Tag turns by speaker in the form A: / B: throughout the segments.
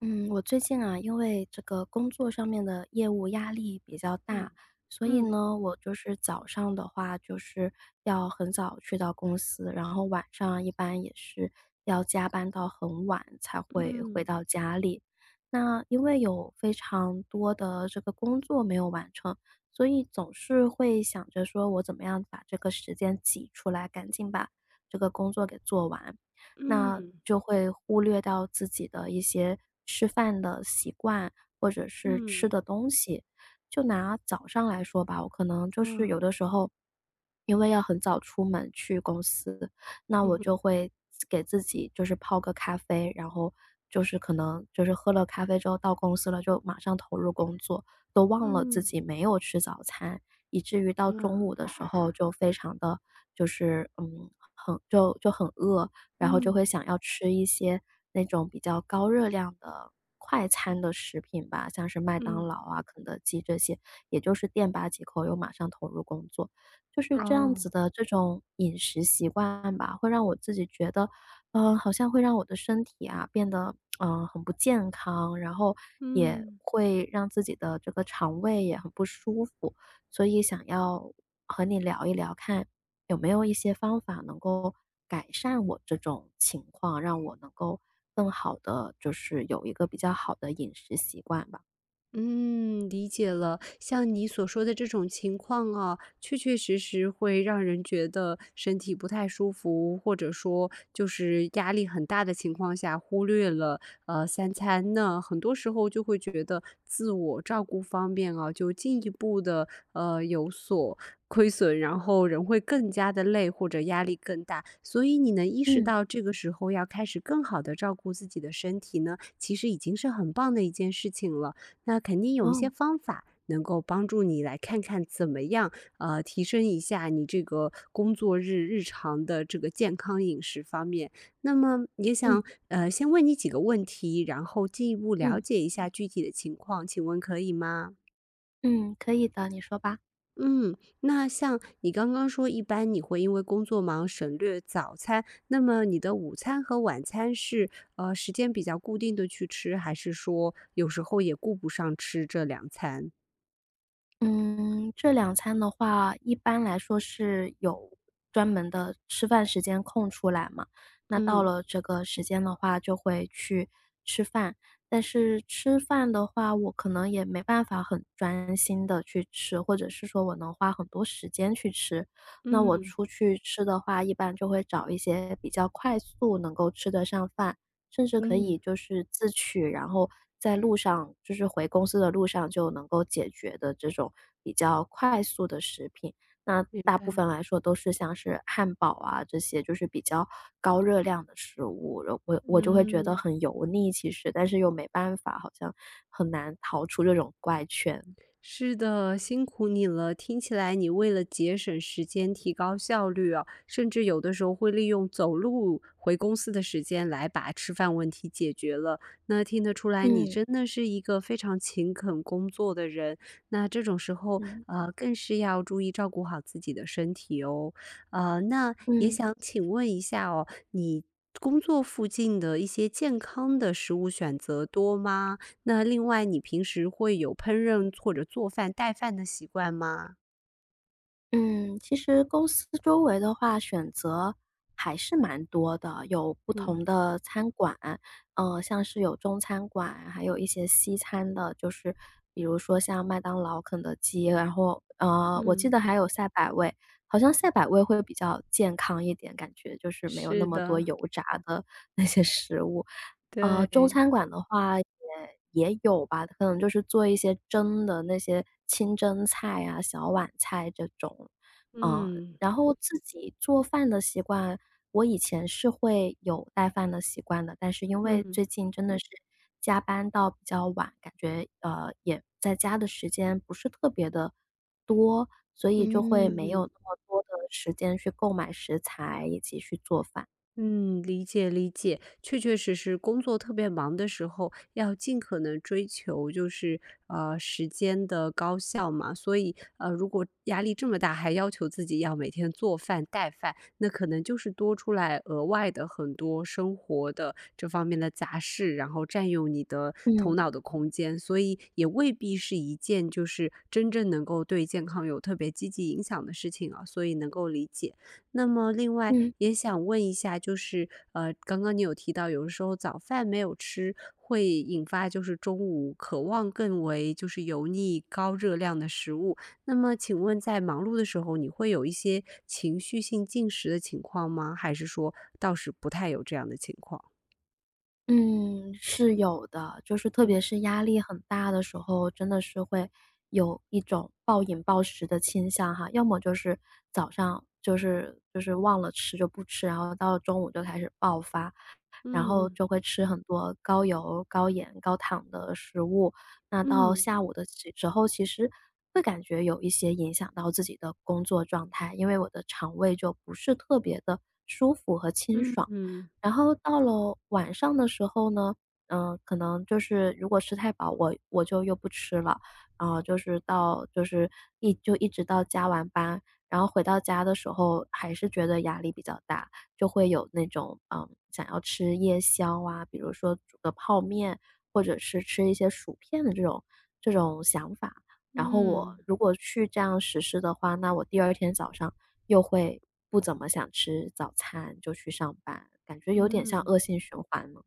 A: 嗯，我最近啊，因为这个工作上面的业务压力比较
B: 嗯
A: 大，所以
B: 嗯
A: 呢，我就是早上的话，就是要很早去到公司，然后晚上啊一般也是要加班到很晚才会回
B: 嗯
A: 到家里。那因为有非常多的这个工作没有完成，所以总是会想着说我怎么样把这个时间挤出来，赶紧把这个工作给做完。那
B: 嗯
A: 就会忽略到自己的一些吃饭的习惯，或者是吃
B: 嗯，
A: 的东西。就拿早上来说吧，我可能就
B: 啊，
A: 是有的时候，因为要很早出门去公司，那我就
B: 嗯
A: 会给自己就是泡个咖啡，然后就是可能就是喝了咖啡之后到公司了，就马上投入工作，都忘了自
B: 嗯，
A: 己没有吃早餐，以至于到
B: 啊，
A: 中午的时候就非常的就是很就很饿，然后就
B: 嗯
A: 会想要吃一些那种比较高热量的快
B: 嗯
A: 餐的食品吧，像是麦当
B: 嗯，
A: 劳啊、肯德基这些，也就是垫吧几口又马上投入工作。就是这样
B: 哦，
A: 子的这种饮食习惯吧，会让我自己觉得，好像会让我的身体啊变得很不健康，然后也
B: 嗯。
A: 会让自己的这个肠胃也很不舒服，所以想要和你聊一聊看。有没有一些方法能够改善我这种情况，让我能够更好的，就是有一个比较好的饮食习惯吧？
B: 嗯，理解了。像你所说的这种情况啊，确确实实会让人觉得身体不太舒服，或者说就是压力很大的情况下，忽略了三餐呢，很多时候就会觉得自我照顾方面啊，就进一步的有所亏损，然后人会更加的累或者压力更大。所以你能意识
A: 嗯。
B: 到这个时候要开始更好的照顾自己的身体呢，其实已经是很棒的一件事情了。那肯定有一些
A: 哦，
B: 方法能够帮助你来看看怎么样，提升一下你这个工作日日常的这个健康饮食方面。那么也想
A: 嗯
B: 先问你几个问题，然后进一步了
A: 嗯
B: 解一下具体的情况，请问可以吗？
A: 嗯，可以的，你说吧。
B: 嗯，那像你刚刚说，一般你会因为工作忙省略早餐，那么你的午餐和晚餐是时间比较固定的去吃，还是说有时候也顾不上吃这两餐？
A: 嗯，这两餐的话，一般来说是有专门的吃饭时间空出来嘛，那到
B: 嗯
A: 了这个时间的话就会去吃饭。但是吃饭的话，我可能也没办法很专心的去吃，或者是说我能花很多时间去吃。那我
B: 嗯，
A: 出去吃的话，一般就会找一些比较快速能够吃得上饭，甚至可以
B: 嗯，
A: 就是自取，然后在路上就是回公司的路上就能够解决的这种比较快速的食品。那
B: 明
A: 大部
B: 白，
A: 分来说都是像是汉堡啊这些，就是比较高热量的食物，然后我就会觉得
B: 嗯。
A: 很油腻，其实，但是又没办法，好像很难逃出这种怪圈。
B: 是的，辛苦你了。听起来你为了节省时间、提高效率啊，甚至有的时候会利用走路回公司的时间来把吃饭问题解决了。那听得出来，你
A: 嗯
B: 真的是一个非常勤恳工作的人。那这种时候，
A: 嗯
B: 更是要注意照顾好自己的身体哦。那也
A: 嗯。
B: 想请问一下哦，你工作附近的一些健康的食物选择多吗？那另外，你平时会有烹饪或者做饭、带饭的习惯吗？
A: 嗯，其实公司周围的话，选择还是蛮多的，有不
B: 嗯
A: 同的餐馆，像是有中餐馆，还有一些西餐的，就是比如说像麦当劳、肯德基，然后我记
B: 嗯，
A: 得还有赛百味，好像赛百味会比较健康一点，感觉就是没有那
B: 是
A: 么多
B: 的，
A: 油炸的 那些食物。中
B: 对，
A: 餐馆的话也有吧，可能就是做一些蒸的那些清蒸菜啊、小碗菜这种。呃，
B: 嗯
A: 然后自己做饭的习惯，我以前是会有带饭的习惯的，但是因为
B: 嗯。
A: 最近真的是加班到比较晚，感觉，也在家的时间不是特别的多，所以就会没有那
B: 嗯。
A: 么多的时间去购买食材以及去做饭。
B: 嗯，理解理解，确确实实，工作特别忙的时候，要尽可能追求就是时间的高效嘛。所以如果压力这么大，还要求自己要每天做饭带饭，那可能就是多出来额外的很多生活的这方面的杂事，然后占用你的头
A: 嗯，
B: 脑的空间，所以也未必是一件就是真正能够对健康有特别积极影响的事情啊。所以能够理解。那么另外
A: 嗯。
B: 也想问一下，就是刚刚你有提到，有的时候早饭没有吃，会引发就是中午渴望更为就是油腻、高热量的食物。那么请问在忙碌的时候，你会有一些情绪性进食的情况吗？还是说倒是不太有这样的情况？
A: 嗯，是有的，就是特别
B: 嗯
A: 是压力很大的时候，真的是会有一种暴饮暴食的倾向哈。要么就是早上就是忘了吃就不吃，然后到了中午就开始爆发，然
B: 嗯
A: 后
B: 嗯
A: 就会吃很多高油、高盐、高糖的食物。那到
B: 嗯
A: 下午的时候，其实会感觉有一些影响到自己的工作状态，因为我的肠胃就不是特别的舒服和清
B: 嗯
A: 爽。
B: 嗯
A: 然后到了晚上的时候呢，嗯，可能就是如果吃太饱，我就又不吃了，然后就是到就是一直到加完班，然后回到家的时候还是觉得压力比较大，就会有那种想要吃夜宵啊，比如说煮个泡面，或者是吃一些薯片的这种想法。然后我
B: 嗯
A: 如果去这样实施的话，那我第二天早上又会不怎么想吃早餐，就去上班，感觉有点像
B: 嗯。
A: 恶性循环了。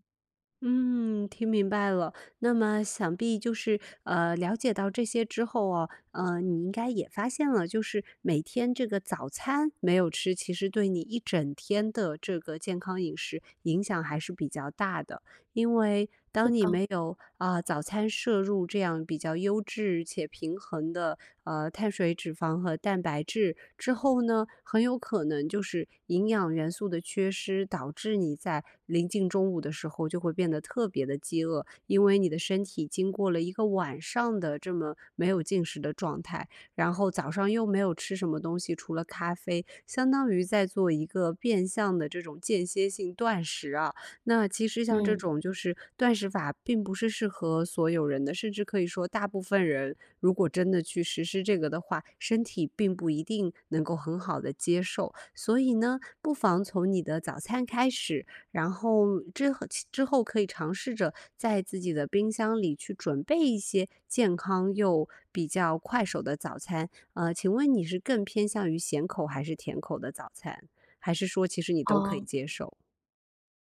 B: 嗯，听明白了。那么想必就是，了解到这些之后哦，你应该也发现了，就是每天这个早餐没有吃，其实对你一整天的这个健康饮食影响还是比较大的。因为
A: 是
B: 当你
A: 的，
B: 没有啊早餐摄入这样比较优质且平衡的碳水、脂肪和蛋白质之后呢，很有可能就是营养元素的缺失，导致你在临近中午的时候就会变得特别的饥饿，因为你的身体经过了一个晚上的这么没有进食的状态，然后早上又没有吃什么东西，除了咖啡，相当于在做一个变相的这种间歇性断食啊。那其实像这
A: 嗯，
B: 种就是断食法并不是适合所有人的，甚至可以说大部分人如果真的去实施这个的话，身体并不一定能够很好的接受。所以呢，不妨从你的早餐开始，然后之后可以尝试着在自己的冰箱里去准备一些健康又比较快手的早餐。请问你是更偏向于咸口还是甜口的早餐？还是说其实你都可以
A: 哦，
B: 接受？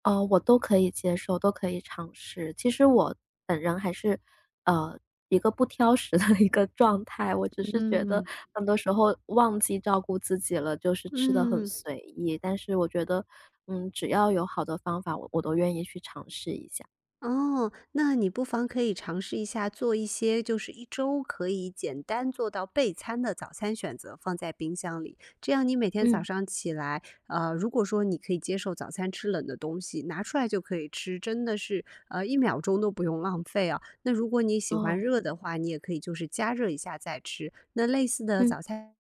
A: 哦，我都可以接受，都可以尝试。其实我本人还是，呃，一个不挑食的 一个状态，我只是觉得
B: 嗯。
A: 很多时候忘记照顾自己了，就是吃的很
B: 嗯，
A: 随意。但是我觉得，嗯，只要有好的方法，我都愿意去尝试一下。
B: 哦，那你不妨可以尝试一下做一些，就是一周可以简单做到备餐的早餐选择，放在冰箱里。这样你每天早
A: 嗯，
B: 上起来，如果说你可以接受早餐吃冷的东西，拿出来就可以吃，真的是一秒钟都不用浪费啊。那如果你喜欢
A: 哦，
B: 热的话，你也可以就是加热一下再吃。那类似的
A: 嗯
B: 早餐，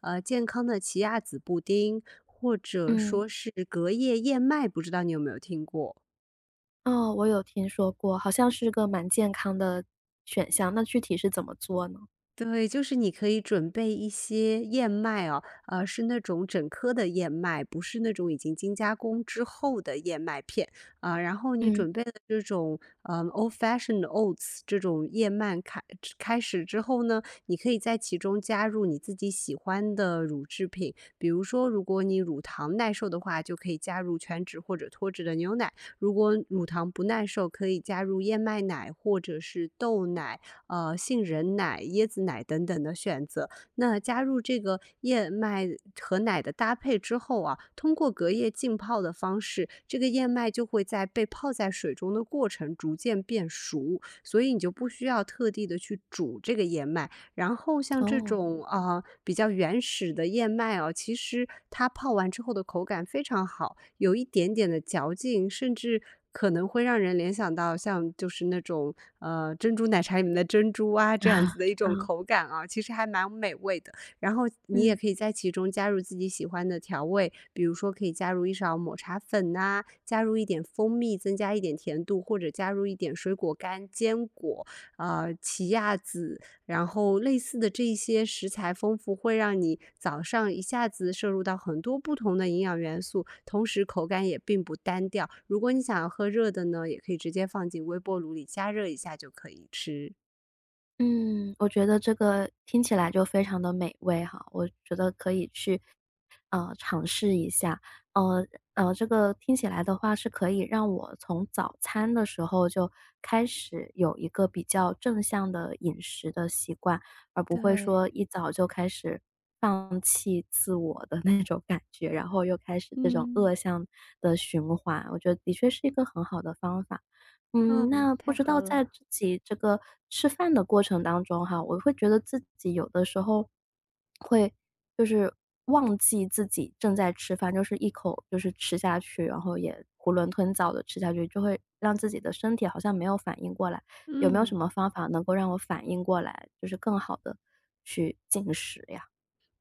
B: 健康的奇亚籽布丁，或者
A: 嗯。
B: 说是隔夜燕麦，不知道你有没有听过？
A: 哦，我有听说过，好像是个蛮健康的选项，那具体是怎么做呢？
B: 对，就是你可以准备一些燕麦哦，是那种整颗的燕麦，不是那种已经精加工之后的燕麦片啊、然后你
A: 嗯，
B: 准备了这种old fashioned oats 这种燕麦开始之后呢，你可以在其中加入你自己喜欢的乳制品，比如说如果你乳糖耐受的话，就可以加入全脂或者脱脂的牛奶；如果乳糖不耐受，可以加入燕麦奶或者是豆奶。杏仁奶、椰子奶等等的选择。那加入这个燕麦和奶的搭配之后啊，通过隔夜浸泡的方式，这个燕麦就会在被泡在水中的过程逐渐变熟，所以你就不需要特地的去煮这个燕麦，然后像这
A: 哦，
B: 种啊、呃比较原始的燕麦哦，其实它泡完之后的口感非常好，有一点点的嚼劲，甚至可能会让人联想到像就是那种珍珠奶茶里面的珍珠啊这样子 的一种
A: 啊，
B: 口感啊，其实还蛮美味的。然后你也
A: 嗯。
B: 可以在其中加入自己喜欢的调味，比如说可以加入一勺抹茶粉呐、加入一点蜂蜜，增加一点甜度，或者加入一点水果干、坚果、奇亚籽然后类似的这一些食材丰富，会让你早上一下子摄入到很多不同的营养元素，同时口感也并不单调。如果你想要喝热的呢，也可以直接放进微波炉里加热一下就可以吃。
A: 嗯，我觉得这个听起来就非常的美味哈，我觉得可以去，尝试一下。呃，这个听起来的话是可以让我从早餐的时候就开始有一个比较正向的饮食的习惯，而不会
B: 对，
A: 说一早就开始放弃自我的那种感觉，然后又开始这种
B: 嗯，
A: 恶向的循环，我觉得的确是一个很好的方法。嗯，
B: 嗯，
A: 那不
B: 太
A: 知
B: 好
A: 道在
B: 了，
A: 自己这个吃饭的过程当中哈，我会觉得自己有的时候会就是忘记自己正在吃饭，就是一口就是吃下去，然后也囫囵吞枣的吃下去，就会让自己的身体好像没有反应过来。有没有什
B: 嗯。
A: 么方法能够让我反应过来，就是更好的去进食呀？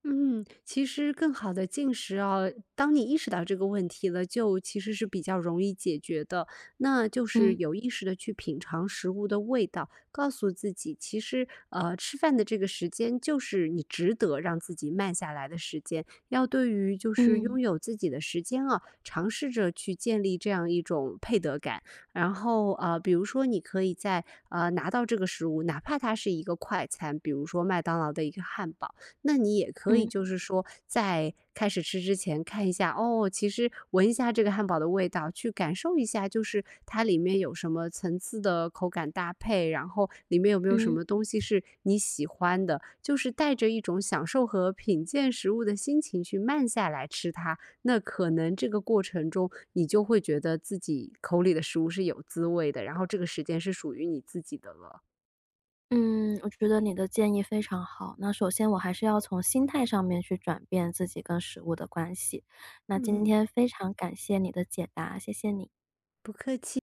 B: 嗯，其实更好的进食啊，当你意识到这个问题了，就其实是比较容易解决的。那就是
A: 嗯
B: 有意识的去品尝食物的味道，告诉自己，其实吃饭的这个时间就是你值得让自己慢下来的时间。要对于就是
A: 嗯
B: 拥有自己的时间啊，尝试着去建立这样一种配得感。然后比如说你可以在拿到这个食物，哪怕它是一个快餐，比如说麦当劳的一个汉堡。那你也可以
A: 嗯
B: 就是说，在开始吃之前看一下，哦，其实闻一下这个汉堡的味道，去感受一下，就是它里面有什么层次的口感搭配，然后里面有没有什
A: 嗯。
B: 么东西是你喜欢的，就是带着一种享受和品鉴食物的心情去慢下来吃它。那可能这个过程中，你就会觉得自己口里的食物是有滋味的，然后这个时间是属于你自己的了。
A: 嗯，我觉得你的建议非常好。那首先我还是要从心态上面去转变自己跟食物的关系。那今
B: 嗯，
A: 天非常感谢你的解答，谢谢你。
B: 不客气。